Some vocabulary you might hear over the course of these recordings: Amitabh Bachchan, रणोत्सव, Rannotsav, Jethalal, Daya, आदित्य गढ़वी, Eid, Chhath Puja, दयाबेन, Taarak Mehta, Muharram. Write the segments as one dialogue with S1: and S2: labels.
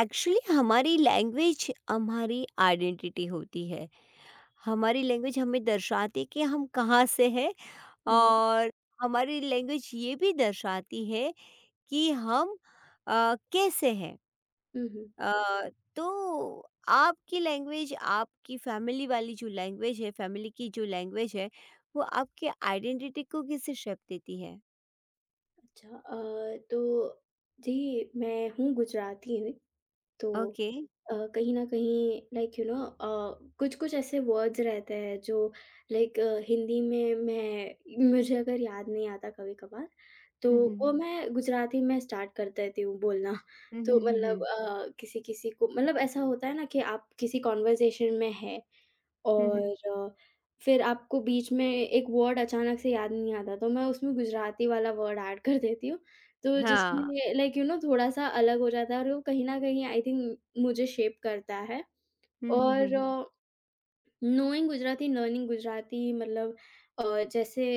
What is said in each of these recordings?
S1: Actually हमारी language हमारी identity होती है। हमारी language हमें दर्शाती है कि हम कहाँ से हैं
S2: हुँ,
S1: और हमारी लैंग्वेज ये भी दर्शाती है कि हम कैसे हैं।
S2: हुँ, हुँ।
S1: अ, तो आपकी लैंग्वेज आपकी फैमिली वाली जो लैंग्वेज है, फैमिली की जो लैंग्वेज है, वो आपके आइडेंटिटी को कैसे शेप देती है?
S2: अच्छा तो जी, मैं गुजराती हूँ, तो
S1: ओके।
S2: कहीं न कहीं लाइक यू नो कुछ-कुछ ऐसे वर्ड्स रहते हैं जो लाइक हिंदी में मैं मुझे अगर याद नहीं आता कभी-कभार, तो
S1: हुँ, हुँ,
S2: वो
S1: हुँ।
S2: मैं गुजराती में स्टार्ट कर देती हूँ बोलना।
S1: हुँ,
S2: तो
S1: हुँ, हुँ,
S2: मतलब
S1: हुँ।
S2: किसी-किसी को मतलब ऐसा होता है ना कि आप किसी कन्वर्सेशन में हैं
S1: हुँ,
S2: और
S1: हुँ।
S2: अ, फिर आपको बीच में एक वर्ड अचानक से याद नहीं आता, तो मैं उसमें गुजराती वाला वर्ड ऐड कर देती हूँ, तो
S1: हाँ।
S2: जिसमें लाइक यू नो थोड़ा-सा अलग हो जाता है और वो कहीं न कहीं आई थिंक मुझे शेप करता है।
S1: हुँ, हुँ, हुँ,
S2: और
S1: हुँ।
S2: नोइंग गुजराती, लर्निंग गुजराती मतलब जैसे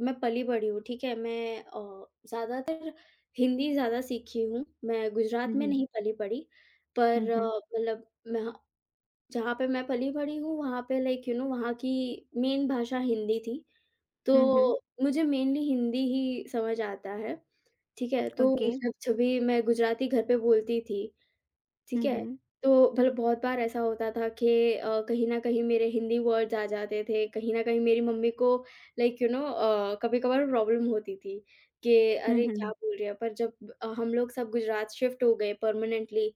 S2: मैं पली-बड़ी हूँ, ठीक है? मैं ज़्यादातर हिंदी ज़्यादा सीखी हूँ, मैं गुजरात
S1: हुँ,
S2: में
S1: हुँ।
S2: नहीं पली-बड़ी।
S1: हुँ,
S2: पर
S1: हुँ।
S2: मतलब मैं जहाँ पे मैं पली-बड़ी हूँ, वहाँ पे लाइक यू नो वहाँ की मेन भाषा हिंदी थी,
S1: हुँ, हुँ।
S2: तो मुझे मेनली हिंदी ही समझ आता है, ठीक है? तो
S1: ओके।
S2: मतलब जब भी मैं गुजराती घर पे बोलती थी, ठीक
S1: हुँ,
S2: है?
S1: हुँ।
S2: तो मतलब बहुत बार ऐसा होता था कि कहीं न कहीं मेरे हिंदी वर्ड्स आ जाते थे, कहीं न कहीं मेरी मम्मी को लाइक यू नो कभी-कभार प्रॉब्लम होती थी कि
S1: हुँ,
S2: अरे! क्या
S1: हुँ।
S2: बोल रही है? पर जब हम लोग सब गुजरात शिफ्ट हो गए परमानेंटली,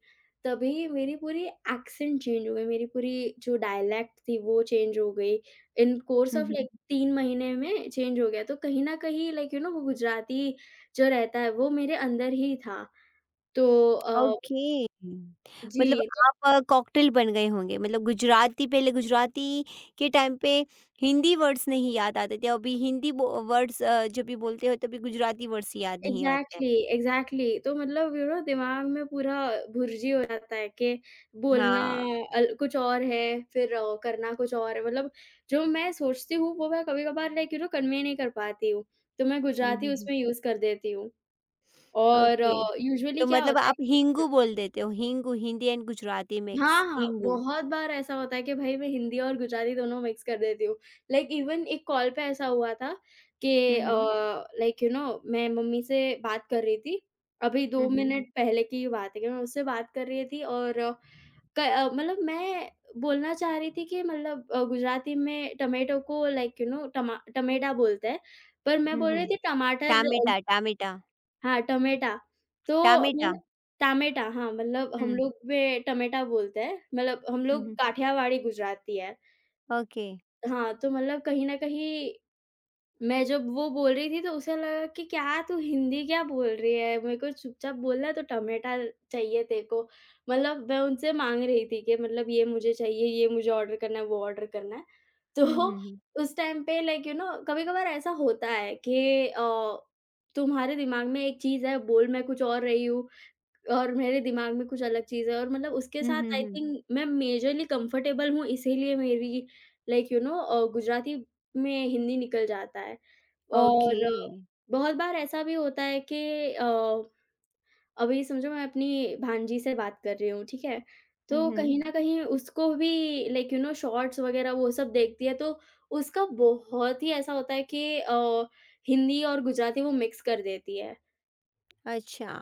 S2: तभी मेरी पूरी एक्सेंट चेंज हो गई, मेरी पूरी जो डायलैक्ट थी वो चेंज हो गई। इन कोर्स
S1: हुँ,
S2: ऑफ
S1: हुँ।
S2: लाइक 3 महीने में चेंज हो गया, तो कहीं न कहीं लाइक यू नो वो गुजराती जो रहता है, वो मेरे अंदर ही था। तो अ,
S1: ओके। मतलब
S2: जी। तो
S1: आप कॉकटेल बन गए होंगे मतलब गुजराती पहले गुजराती के टाइम पे हिंदी वर्ड्स नहीं याद आते थे, अभी हिंदी बो वर्ड्स जब भी बोलते हो तभी गुजराती वर्ड्स याद नहीं आते हैं।
S2: Exactly, exactly. तो मतलब यू नो दिमाग में पूरा भुर्जी हो जाता है कि बोलना
S1: हाँ।
S2: अल कुछ और है, फिर करना कुछ और है। मतलब जो मैं सोचती हूँ, वो मैं कभी-कभार लाइक यू नो कन्वे नहीं कर पाती हूँ, तो मैं
S1: हुँ,
S2: गुजराती
S1: हुँ, हुँ।
S2: उसमें यूज़ कर देती हूँ और
S1: ओके।
S2: यूजुअली
S1: तो
S2: क्या
S1: मतलब
S2: होता
S1: आप
S2: है।
S1: हिंगू बोल देते हो, हिंगू हिंदी एंड गुजराती मिक्स
S2: हाँ, हाँ,
S1: हिंगू।
S2: बहुत बार ऐसा होता है कि भाई मैं हिंदी और गुजराती दोनों मिक्स कर देती हूँ। लाइक इवन एक कॉल पे ऐसा हुआ था कि
S1: हुँ, हुँ।
S2: लाइक यू नो मैं मम्मी से बात कर रही थी। अभी
S1: हुँ,
S2: 2
S1: हुँ।
S2: मिनट पहले की बात है कि मैं उससे बात कर रही थी और मतलब मैं बोलना चाह रही थी कि मतलब गुजराती में टोमेटो को लाइक यू नो टमा टमेटा बोलते हैं, पर मैं
S1: हुँ,
S2: बोल
S1: हुँ।
S2: रही थी टमाटर।
S1: टामेटा, टामेटा,
S2: हाँ, टमेटा। तो
S1: टामेटा।
S2: मैंने टामेटा। हाँ, मतलब हम
S1: हुँ।
S2: लोग में टमेटा बोलते हैं, मतलब हम
S1: हुँ,
S2: लोग
S1: हुँ।
S2: काठियावाड़ी गुजराती है।
S1: ओके।
S2: हाँ, तो मतलब कहीं न कहीं मैं जब वो बोल रही थी तो उसे लगा कि क्या तू हिंदी क्या बोल रही है? मेरे को चुपचाप बोलना है तो टमाटर चाहिए तेरे को। मतलब मैं उनसे माँग रही थी कि मतलब ये मुझे चाहिए, ये मुझे ऑर्डर करना है, वो ऑर्डर करना है। हुँ।
S1: हुँ, हुँ, हुँ।
S2: तो उस टाइम पे लाइक यू नो कभी-कभार ऐसा होता है कि तुम्हारे दिमाग में एक चीज़ है, बोल मैं कुछ और रही हूँ, और मेरे दिमाग में कुछ अलग चीज़ है और मतलब उसके
S1: हुँ,
S2: साथ
S1: हुँ,
S2: आई
S1: हुँ।
S2: थिंक मैं मेजरली कंफर्टेबल हूँ, इसीलिए मेरी लाइक यू नो गुजराती में हिंदी निकल जाता है।
S1: ओके।
S2: और बहुत बार ऐसा भी होता है कि अ, अभी समझो मैं अपनी भांजी से बात कर रही हूँ, ठीक है?
S1: हुँ,
S2: तो कहीं
S1: हुँ।
S2: न कहीं उसको भी लाइक यू नो शॉर्ट्स वग़ैरह वो सब देखती है तो उसका बहुत ही ऐसा होता है कि हिंदी और गुजराती वो मिक्स कर देती है।
S1: अच्छा,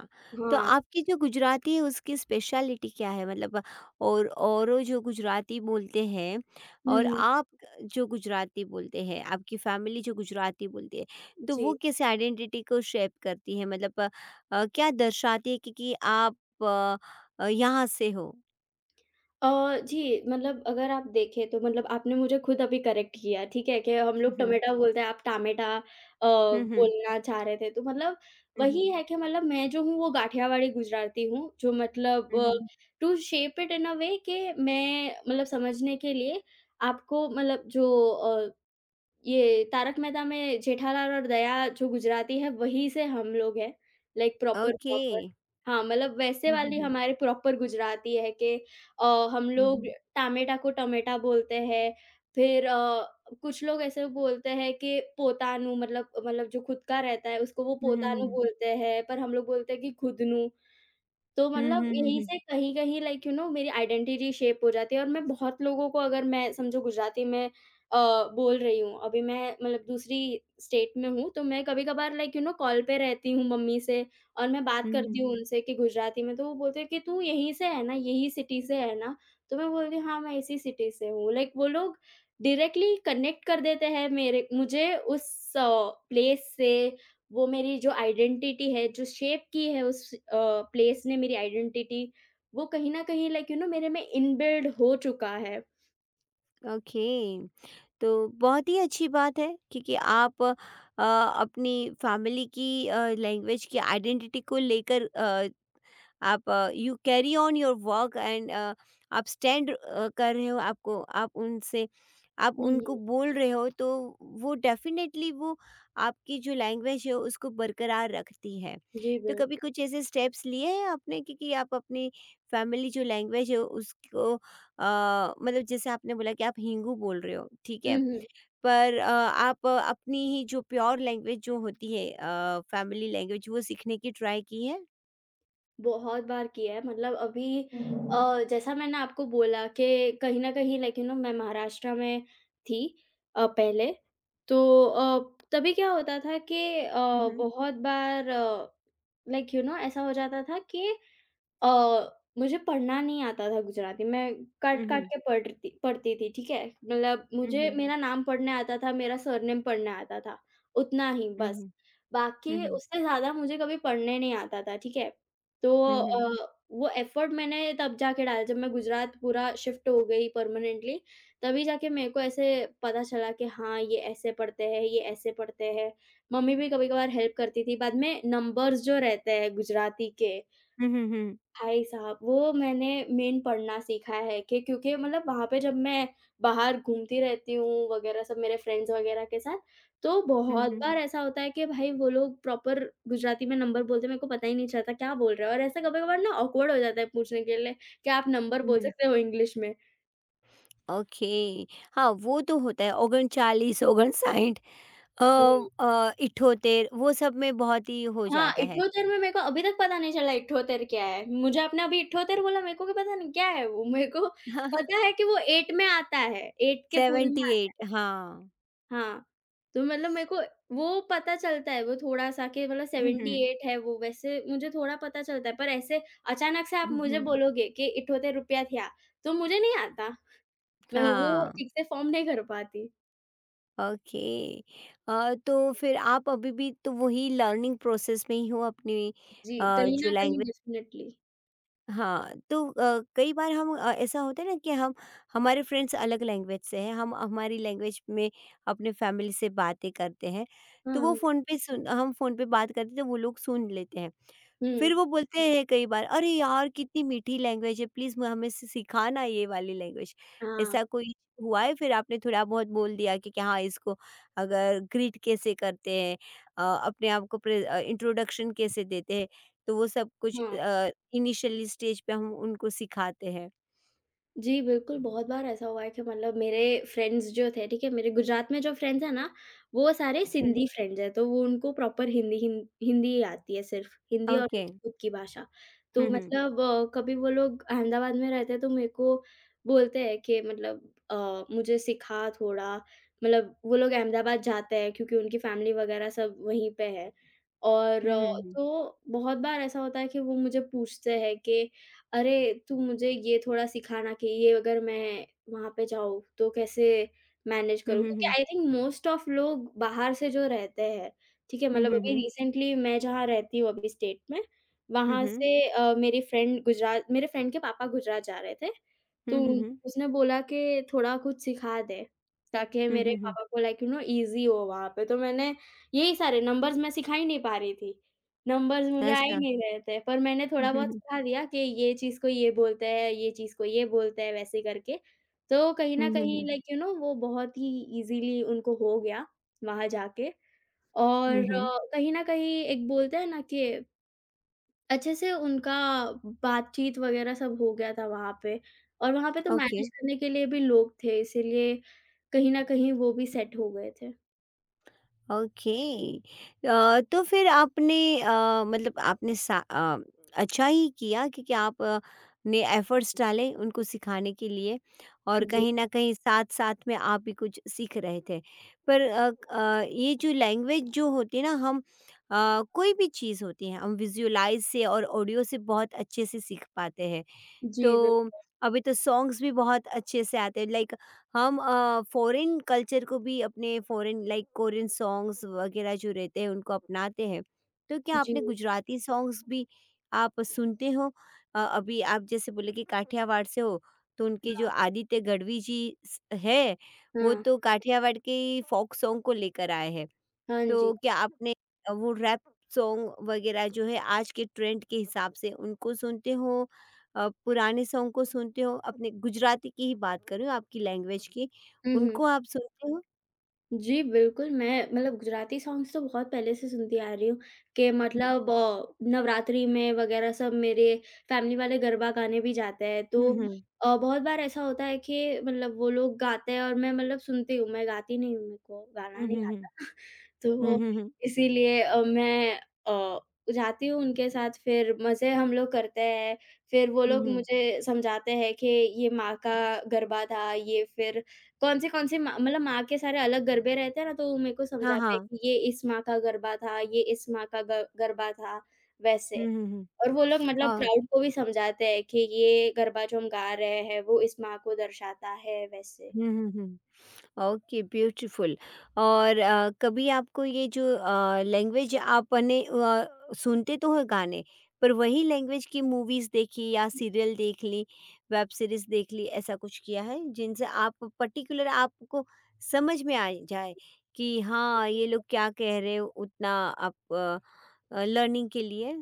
S1: तो
S2: हाँ।
S1: आपकी जो गुजराती है उसकी स्पेशलिटी क्या है? मतलब और औरों जो गुजराती बोलते हैं
S2: हुँ,
S1: और
S2: हुँ।
S1: आप जो गुजराती बोलते हैं, आपकी फैमिली जो गुजराती बोलती है, तो
S2: जी।
S1: वो कैसे आइडेंटिटी को शेप करती है? मतलब क्या दर्शाती है कि आप अ यहाँ से हो?
S2: जी, मतलब अगर आप देखें तो मतलब आपने मुझे खुद अभी करेक्ट किया, ठीक है? कि हम
S1: हुँ,
S2: लोग
S1: हुँ।
S2: टमेटा बोलते हैं, आप टामेटा
S1: हुँ, हुँ।
S2: बोलना चाह रहे थे। तो मतलब
S1: हुँ, हुँ।
S2: वही है कि मतलब मैं जो हूँ वो गाठियावाड़ी गुजराती हूँ, जो मतलब
S1: हुँ, हुँ।
S2: हुँ। To shape it in a way कि मैं मतलब समझने के लिए आपको मतलब जो ये तारक मेहता में जेठालाल और दया जो गुजराती है, वहीं से हम लोग हैं, लाइक प्रॉपर
S1: ओके।
S2: प्रॉपर। हाँ, मतलब वैसे
S1: हुँ, हुँ,
S2: वाली
S1: हुँ।
S2: हमारे प्रॉपर गुजराती है कि अ, हम
S1: हुँ,
S2: लोग
S1: हुँ।
S2: टामेटा को टमेटा बोलते हैं, फिर कुछ लोग ऐसे बोलते हैं कि पोतानू मतलब जो खुद का रहता है, उसको वो
S1: हुँ, हुँ,
S2: पोतानू
S1: हुँ।
S2: बोलते हैं, पर हम लोग बोलते हैं कि खुदनू। तो
S1: हुँ,
S2: मतलब
S1: हुँ, हुँ,
S2: यहीं
S1: हुँ।
S2: से कहीं-कहीं लाइक यू नो मेरी आइडेंटिटी शेप हो जाती है और मैं बहुत लोगों को अगर मैं समझो गुजराती में अ, बोल रही हूँ, अभी मैं मतलब दूसरी स्टेट में हूँ, तो मैं कभी-कभार लाइक यू नो कॉल पे रहती हूँ मम्मी से और मैं बात
S1: हुँ,
S2: करती
S1: हुँ।
S2: हूँ उनसे कि गुजराती में, तो वो बोलते हैं कि तू यहीं से है ना, यही सिटी से है ना? तो मैं बोलती हूँ, हाँ, मैं इसी सिटी से हूँ। लाइक वो लोग डायरेक्टली कनेक्ट कर देते हैं मेरे मुझे उस अ, प्लेस से। वो मेरी जो आइडेंटिटी है, जो शेप की है उस प्लेस ने मेरी आइडेंटिटी, वो कहीं न कहीं लाइक यू नो मेरे में इनबिल्ड हो चुका है।
S1: ओके। तो बहुत ही अच्छी बात है क्योंकि आप अपनी फैमिली की लैंग्वेज की आइडेंटिटी को लेकर आप you carry on your work and आप स्टैंड कर रहे हो आपको आप उनसे आप
S2: हुँ,
S1: उनको
S2: हुँ।
S1: बोल रहे हो, तो वो डेफिनेटली वो आपकी जो लैंग्वेज है उसको बरकरार रखती है।
S2: जी,
S1: तो कभी
S2: बिल्कुल।
S1: कुछ ऐसे स्टेप्स लिए हैं आपने क्योंकि आप अपनी फैमिली जो लैंग्वेज है उसको मतलब जैसे आपने बोला कि आप हिंगू बोल रहे हो, ठीक
S2: हुँ,
S1: है,
S2: हुँ।
S1: पर आप अपनी ही जो प्योर लैंग्वेज जो होती है फैमिली लैंग्वेज वो सीखने की ट्राई की है?
S2: बहुत बार किया है, मतलब अभी जैसा मैंने आपको बोला कि कहीं न कहीं लाइक यू नो मैं महाराष्ट्र में थी पहले, तो तभी क्या होता था कि
S1: हुँ, हुँ,
S2: बहुत बार लाइक यू नो ऐसा हो जाता था कि मुझे पढ़ना नहीं आता था गुजराती, मैं हुँ। काट-काट
S1: हुँ,
S2: के पढ़ती पढ़ती थी, ठीक है? मतलब
S1: हुँ,
S2: मुझे हुँ।
S1: हुँ,
S2: मेरा नाम पढ़ने आता था, मेरा सरनेम पढ़ने आता था, उतना ही
S1: हुँ, हुँ,
S2: बस।
S1: हुँ, हुँ,
S2: बाकी
S1: हुँ,
S2: उससे ज़्यादा मुझे कभी पढ़ने नहीं आता था, ठीक है? तो
S1: हुँ,
S2: वो एफ़र्ट मैंने तब जाके डाला जब मैं गुजरात पूरा शिफ्ट हो गई परमानेंटली, तभी जाके मेरे को ऐसे पता चला कि हाँ, ये ऐसे पढ़ते हैं, ये ऐसे पढ़ते हैं। मम्मी भी कभी-कभार हेल्प करती थी, बाद में नंबर्स जो रहते हैं गुजराती के
S1: हुँ, हुँ, हुँ,
S2: भाई साहब, वो मैंने मेन पढ़ना सीखा है कि क्योंकि मतलब वहाँ पे जब मैं बाहर घूमती रहती हूँ वगैरह सब मेरे फ्रेंड्स वगैरह के साथ, तो बहुत हुँ।
S1: हुँ,
S2: बार ऐसा होता है कि भाई वो लोग प्रॉपर गुजराती में नंबर बोलते हैं, मेरे को पता ही नहीं चलता क्या बोल रहे हो और ऐसा कभी-कभार ना ऑकवर्ड हो जाता है पूछने के लिए कि आप नंबर
S1: हुँ,
S2: बोल
S1: हुँ।
S2: सकते हो इंग्लिश में।
S1: ओके। हाँ, वो तो होता है 39 59 अ
S2: हुँ।
S1: 78 वो सब में बहुत ही हो
S2: हाँ,
S1: जाता है।
S2: इठोत्तर में मेरे को अभी तक पता नहीं चला इठोत्तर क्या है। मुझे आपने अभी इठोत्तर बोला, मेरे को भी पता नहीं क्या है वो? मेरे को पता है कि वो 8 में आता है, 8 के पूरे में।
S1: 78 हाँ।
S2: हाँ, तो मतलब मेरे को वो पता चलता है, वो थोड़ा-सा कि मतलब
S1: हुँ, हुँ,
S2: 78 है वो, वैसे मुझे थोड़ा पता चलता है, पर ऐसे अचानक से आप
S1: हुँ,
S2: मुझे
S1: हुँ,
S2: बोलोगे कि इठोते रुपया थिया, तो मुझे नहीं आता। मैं वो
S1: हाँ।
S2: ठीक से फ़ॉर्म नहीं कर पाती।
S1: ओके। तो फिर आप अभी भी तो वही लर्निंग प्रोसेस में ही हो अपनी
S2: जी। कहीं
S1: जो
S2: न कहीं
S1: लैंग्वेज।
S2: डेफ़िनेटली।
S1: हाँ, तो कई बार हम ऐसा होता है ना कि हम हमारे फ्रेंड्स अलग लैंग्वेज से हैं, हम हमारी लैंग्वेज में अपने फैमिली से बातें करते हैं, तो वो
S2: हाँ,
S1: फ़ोन पे सुन हम फ़ोन पे बात करते हैं तो वो लोग सुन लेते हैं।
S2: हुँ।
S1: फिर वो बोलते हैं कई बार, "अरे यार! कितनी मीठी लैंग्वेज है, प्लीज़ म हमें सि सिखाना ये वाली लैंग्वेज।"
S2: हाँ,
S1: ऐसा कोई हुआ है फिर आपने थोड़ा-बहुत बोल दिया कि हाँ, इसको अगर ग्रीट कैसे करते हैं, अपने आप को इंट्रोडक्शन कैसे देते हैं, तो वो सब कुछ
S2: हाँ।
S1: इनिशियल स्टेज पे हम उनको सिखाते हैं।
S2: जी, बिल्कुल, बहुत बार ऐसा हुआ है कि मतलब मेरे फ्रेंड्स जो थे, ठीक है? मेरे गुजरात में जो फ्रेंड्स हैं ना, वो सारे
S1: हुँ।
S2: सिंधी फ्रेंड्स हैं, तो वो उनको प्रॉपर हिंदी आती है सिर्फ़, हिंदी और
S1: ओके।
S2: उनकी खुद की भाषा। तो
S1: हुँ, हुँ।
S2: मतलब कभी वो लोग अहमदाबाद में रहते हैं, तो मेरे को बोलते हैं कि मतलब मुझे सिखा थोड़ा, मतलब वो लोग अहमदाबाद जाते हैं क्योंकि उनकी फ़ैमिली वग़ैरह सब वहीं पे है। और
S1: हुँ, हुँ, हुँ।
S2: तो बहुत बार ऐसा होता है कि वो मुझे पूछते हैं कि अरे, तू मुझे ये थोड़ा सिखाना कि ये अगर मैं वहाँ पे जाऊँ तो कैसे मैनेज
S1: हुँ,
S2: करूँ?
S1: हुँ,
S2: क्योंकि
S1: हुँ।
S2: आई थिंक मोस्ट ऑफ लोग बाहर से जो रहते हैं, ठीक है?
S1: हुँ,
S2: मतलब
S1: हुँ,
S2: अभी
S1: हुँ।
S2: रिसेंटली मैं जहाँ रहती हूँ अभी स्टेट में,
S1: हुँ,
S2: वहाँ
S1: हुँ।
S2: से मेरी फ्रेंड गुजरात मेरे फ्रेंड के पापा गुजरात जा रहे थे,
S1: हुँ,
S2: तो
S1: हुँ, हुँ।
S2: उसने बोला कि थोड़ा कुछ सिखा दे, ताकि
S1: हुँ,
S2: मेरे
S1: हुँ, हुँ।
S2: पापा को लाइक यू नो ईज़ी हो वहाँ पे। तो मैंने यही सारे नंबर्स मैं सिखा ही नहीं पा रही थी। नंबर्स मुझे आ ही
S1: अच्छा।
S2: नहीं रहे थे, पर मैंने
S1: हुँ, हुँ,
S2: थोड़ा-बहुत
S1: हुँ।
S2: सिखा दिया कि ये चीज़ को ये बोलते हैं, ये चीज़ को ये बोलते हैं, वैसे करके। तो कहीं
S1: हुँ,
S2: न
S1: हुँ,
S2: कहीं
S1: हुँ।
S2: लाइक यू नो वो बहुत ही ईज़िली उनको हो गया वहाँ जाके
S1: हुँ,
S2: और
S1: हुँ।
S2: कहीं न कहीं एक बोलते हैं ना कि अच्छे से उनका बातचीत वगैरह सब हो गया था वहाँ पे और वहाँ पे तो
S1: ओके।
S2: मैनेज करने के लिए भी लोग थे, इसीलिए कहीं न कहीं वो भी सेट हो गए थे।
S1: ओके। तो फिर आपने मतलब आपने अच्छा ही किया क्योंकि आप ने एफर्ट्स डाले उनको सिखाने के लिए और
S2: जी।
S1: कहीं न कहीं साथ-साथ में आप भी कुछ सीख रहे थे। पर ये जो लैंग्वेज जो होती है ना, हम कोई भी चीज़ होती है हम विज़ुअलाइज़ से और ऑडियो से बहुत अच्छे से सीख पाते हैं।
S2: जी, बिल
S1: तो अभी तो सॉन्ग्स भी बहुत अच्छे से आते हैं, लाइक हम फॉरेन कल्चर को भी अपने फॉरेन लाइक कोरियन सॉन्ग्स वगैरह जो रहते हैं उनको अपनाते हैं। तो क्या
S2: जी।
S1: आपने गुजराती सॉन्ग्स भी आप सुनते हो? अभी आप जैसे बोले कि काठियावाड़ से हो, तो उनके जो
S2: हाँ,
S1: आदित्य गढ़वी जी है वो
S2: हाँ।
S1: तो काठियावाड़ के फोक सॉन्ग को लेकर आए हैं।
S2: हाँ जी।
S1: तो क्या आपने वो रैप सॉन्ग वगैरह जो है आज के ट्रेंड के हिसाब से उनको सुनते हो, पुराने सॉन्ग को सुनते हो? अपने गुजराती की ही बात कर रही हूँ, आपकी लैंग्वेज की।
S2: हुँ, हुँ।
S1: उनको आप सुनते हो?
S2: जी, बिल्कुल, मैं मतलब गुजराती सॉन्ग्स तो बहुत पहले से सुनती आ रही हूँ कि मतलब नवरात्रि में वग़ैरह सब मेरे फैमिली वाले गरबा गाने भी जाते हैं।
S1: हुँ,
S2: तो
S1: हुँ, हुँ,
S2: बहुत बार ऐसा होता है कि मतलब वो लोग गाते हैं और मैं मतलब सुनती हूँ, मैं गाती नहीं हूँ, मेरे को गाना
S1: हुँ,
S2: नहीं
S1: हुँ,
S2: आता।
S1: हुँ,
S2: तो
S1: हुँ, हुँ, हुँ,
S2: इसीलिए मैं अ, जाती हूँ उनके साथ, फिर मज़े हम लोग करते हैं। फिर वो
S1: हुँ,
S2: लोग
S1: हुँ,
S2: मुझे समझाते हैं कि ये माँ का गरबा था, ये फिर कौन से माँ मतलब माँ के सारे अलग गरबे रहते हैं ना, तो वो मेरे को
S1: हाँ,
S2: समझाते हैं
S1: हाँ,
S2: कि ये इस माँ का गरबा था, ये इस माँ का ग गरबा था, वैसे।
S1: हुँ, हुँ, हुँ,
S2: और वो लोग मतलब
S1: अ,
S2: क्राउड को भी समझाते हैं कि ये गरबा जो हम गा रहे हैं, वो इस माँ को दर्शाता है, वैसे।
S1: हुँ, हुँ, हुँ। ओके। ब्यूटीफुल। और कभी आपको ये जो लैंग्वेज आपने सुनते तो हो गाने, पर वही लैंग्वेज की मूवीज देखी या सीरियल देख ली, वेब सीरीज देख ली, ऐसा कुछ किया है जिनसे आप पर्टिकुलर आपको समझ में आ जाए कि हाँ, ये लोग क्या कह रहे हो, उतना आप लर्निंग के लिए?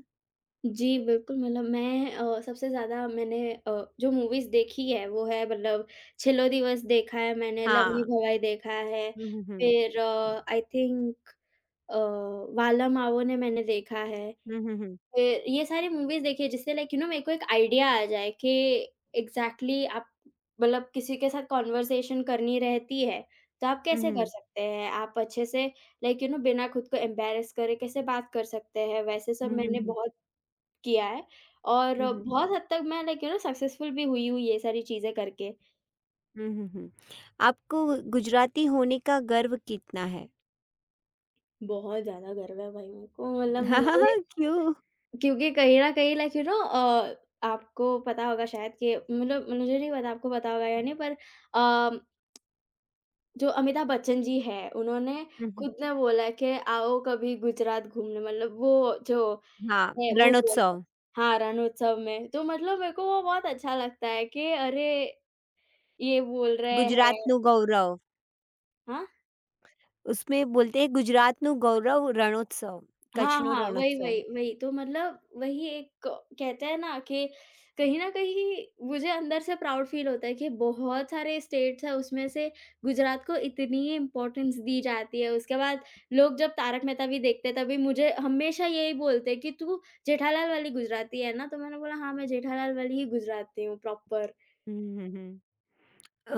S2: जी, बिल्कुल। मतलब मैं सबसे ज़्यादा मैंने जो मूवीज़ देखी है, वो है मतलब छिलो दिवस देखा है मैंने, लवली
S1: हाँ।
S2: भवाई देखा है,
S1: हम्म, हम्म,
S2: फिर आई थिंक अ, वाला मावो ने मैंने देखा है।
S1: हम्म, हम्म,
S2: ये सारी मूवीज़ देखिए जिससे लाइक यू नो मेरे को एक आइडिया आ जाए कि एग्ज़ैक्टली आप मतलब किसी के साथ कन्वर्सेशन करनी रहती है, तो आप कैसे कर
S1: हम्म,
S2: सकते हैं? आप अच्छे से लाइक यू नो बिना खुद को एम्बैरेस करे कैसे बात कर सकते हैं? वैसे सब
S1: हम्म, हम्म, हम्म,
S2: मैंने
S1: हम्म,
S2: हुँ।
S1: हम्म,
S2: बहुत किया है और
S1: हम्म,
S2: हुँ।
S1: हम्म।
S2: बहुत हद तक मैं लाइक यू नो सक्सेसफुल भी हुई हूँ ये सारी चीज़ें करके।
S1: हुँ, हुँ, हुँ। आपको गुजराती होने का गर्व कितना है?
S2: बहुत ज़्यादा गर्व है भाई मेरे को, मतलब मुझे
S1: क्यों?
S2: क्योंकि कहीं न कहीं लाइक यू नो आपको पता होगा शायद कि मतलब मुझे नहीं पता आपको पता होगा या नहीं, पर अ जो अमिताभ बच्चन जी हैं, उन्होंने
S1: हुँ, हुँ।
S2: खुद ने बोला है कि आओ कभी गुजरात घूमने, मतलब वो जो
S1: हाँ,
S2: है वो बोलते।
S1: रणोत्सव,
S2: हाँ, रणोत्सव में। तो मतलब मेरे को वो बहुत अच्छा लगता है कि अरे! ये बोल रहे हैं।
S1: "गुजरातનું ગૌરવ."
S2: हाँ?
S1: उसमें बोलते हैं "गुजरातનું गौरव रणोत्सव,
S2: हाँ,
S1: कच्छનો
S2: हाँ, वही,
S1: रणोत्सव."
S2: वही, वही। तो मतलब वही एक कहते हैं ना कि कहीं न कहीं मुझे अंदर से प्राउड फ़ील होता है कि बहुत सारे स्टेट्स हैं, उसमें से गुजरात को इतनी इम्पोर्टेंस दी जाती है। उसके बाद लोग जब तारक मेहता भी देखते हैं, तभी मुझे हमेशा यही बोलते हैं कि, "तू जेठालाल वाली गुजराती है ना?" तो मैंने बोला, "हाँ, मैं जेठालाल वाली ही गुजराती हूँ, प्रॉपर।"
S1: हुँ, हुँ, हुँ।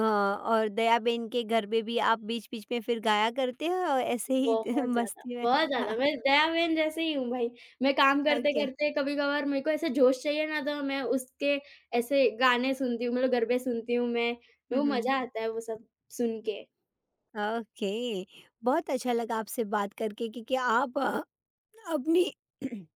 S1: और दयाबेन के गरबे भी आप बीच-बीच में फिर गाया करते हो और ऐसे ही मस्ती में?
S2: बहुत ज़्यादा, मैं दया बहन जैसे ही हूँ भाई। मैं काम
S1: ओके।
S2: करते-करते कभी-कभार मेरे को ऐसे जोश चाहिए ना तो मैं उसके ऐसे गाने सुनती हूँ, मतलब गरबे सुनती हूँ मैं,
S1: हुँ,
S2: वो
S1: हुँ।
S2: मज़ा आता है वो सब सुन के।
S1: ओके, बहुत अच्छा लगा आपसे बात करके, क्योंकि आप अपनी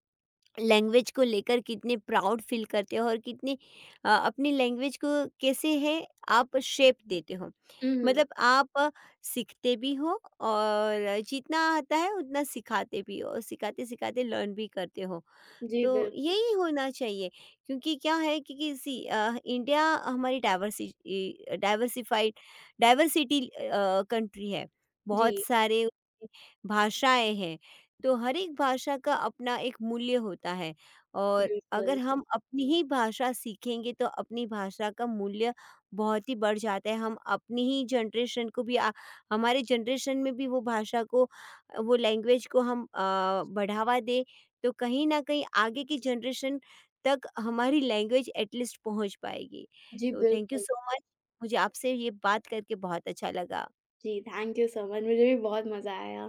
S1: लैंग्वेज को लेकर कितने प्राउड फील करते हो और कितने अपनी लैंग्वेज को कैसे है आप शेप देते हो।
S2: हुँ, हुँ।
S1: मतलब आप सीखते भी हो और जितना आता है उतना सिखाते भी हो और सिखाते सिखाते लर्न भी करते हो।
S2: जी,
S1: तो
S2: बिल्कुल।
S1: यही होना चाहिए, क्योंकि क्या है कि इंडिया हमारी डाइवर्सि इ डाइवर्सिफाइड डाइवर्सिटी कंट्री है। बहुत
S2: जी,
S1: सारे उसमें भाषाएँ हैं, तो हर एक भाषा का अपना एक मूल्य होता है और
S2: बिल्कुल।
S1: अगर हम अपनी ही भाषा सीखेंगे तो अपनी भाषा का मूल्य बहुत ही बढ़ जाता है। हम अपनी ही जनरेशन को भी हमारे जनरेशन में भी वो भाषा को वो लैंग्वेज को हम बढ़ावा दें, तो कहीं न कहीं आगे की जनरेशन तक हमारी लैंग्वेज एटलीस्ट पहुँच पाएगी।
S2: जी,
S1: तो थैंक यू
S2: बिल्कुल।
S1: सो मच, मुझे आपसे ये बात करके बहुत अच्छा लगा।
S2: जी, थैंक यू सो मच, मुझे भी बहुत मज़ा आया।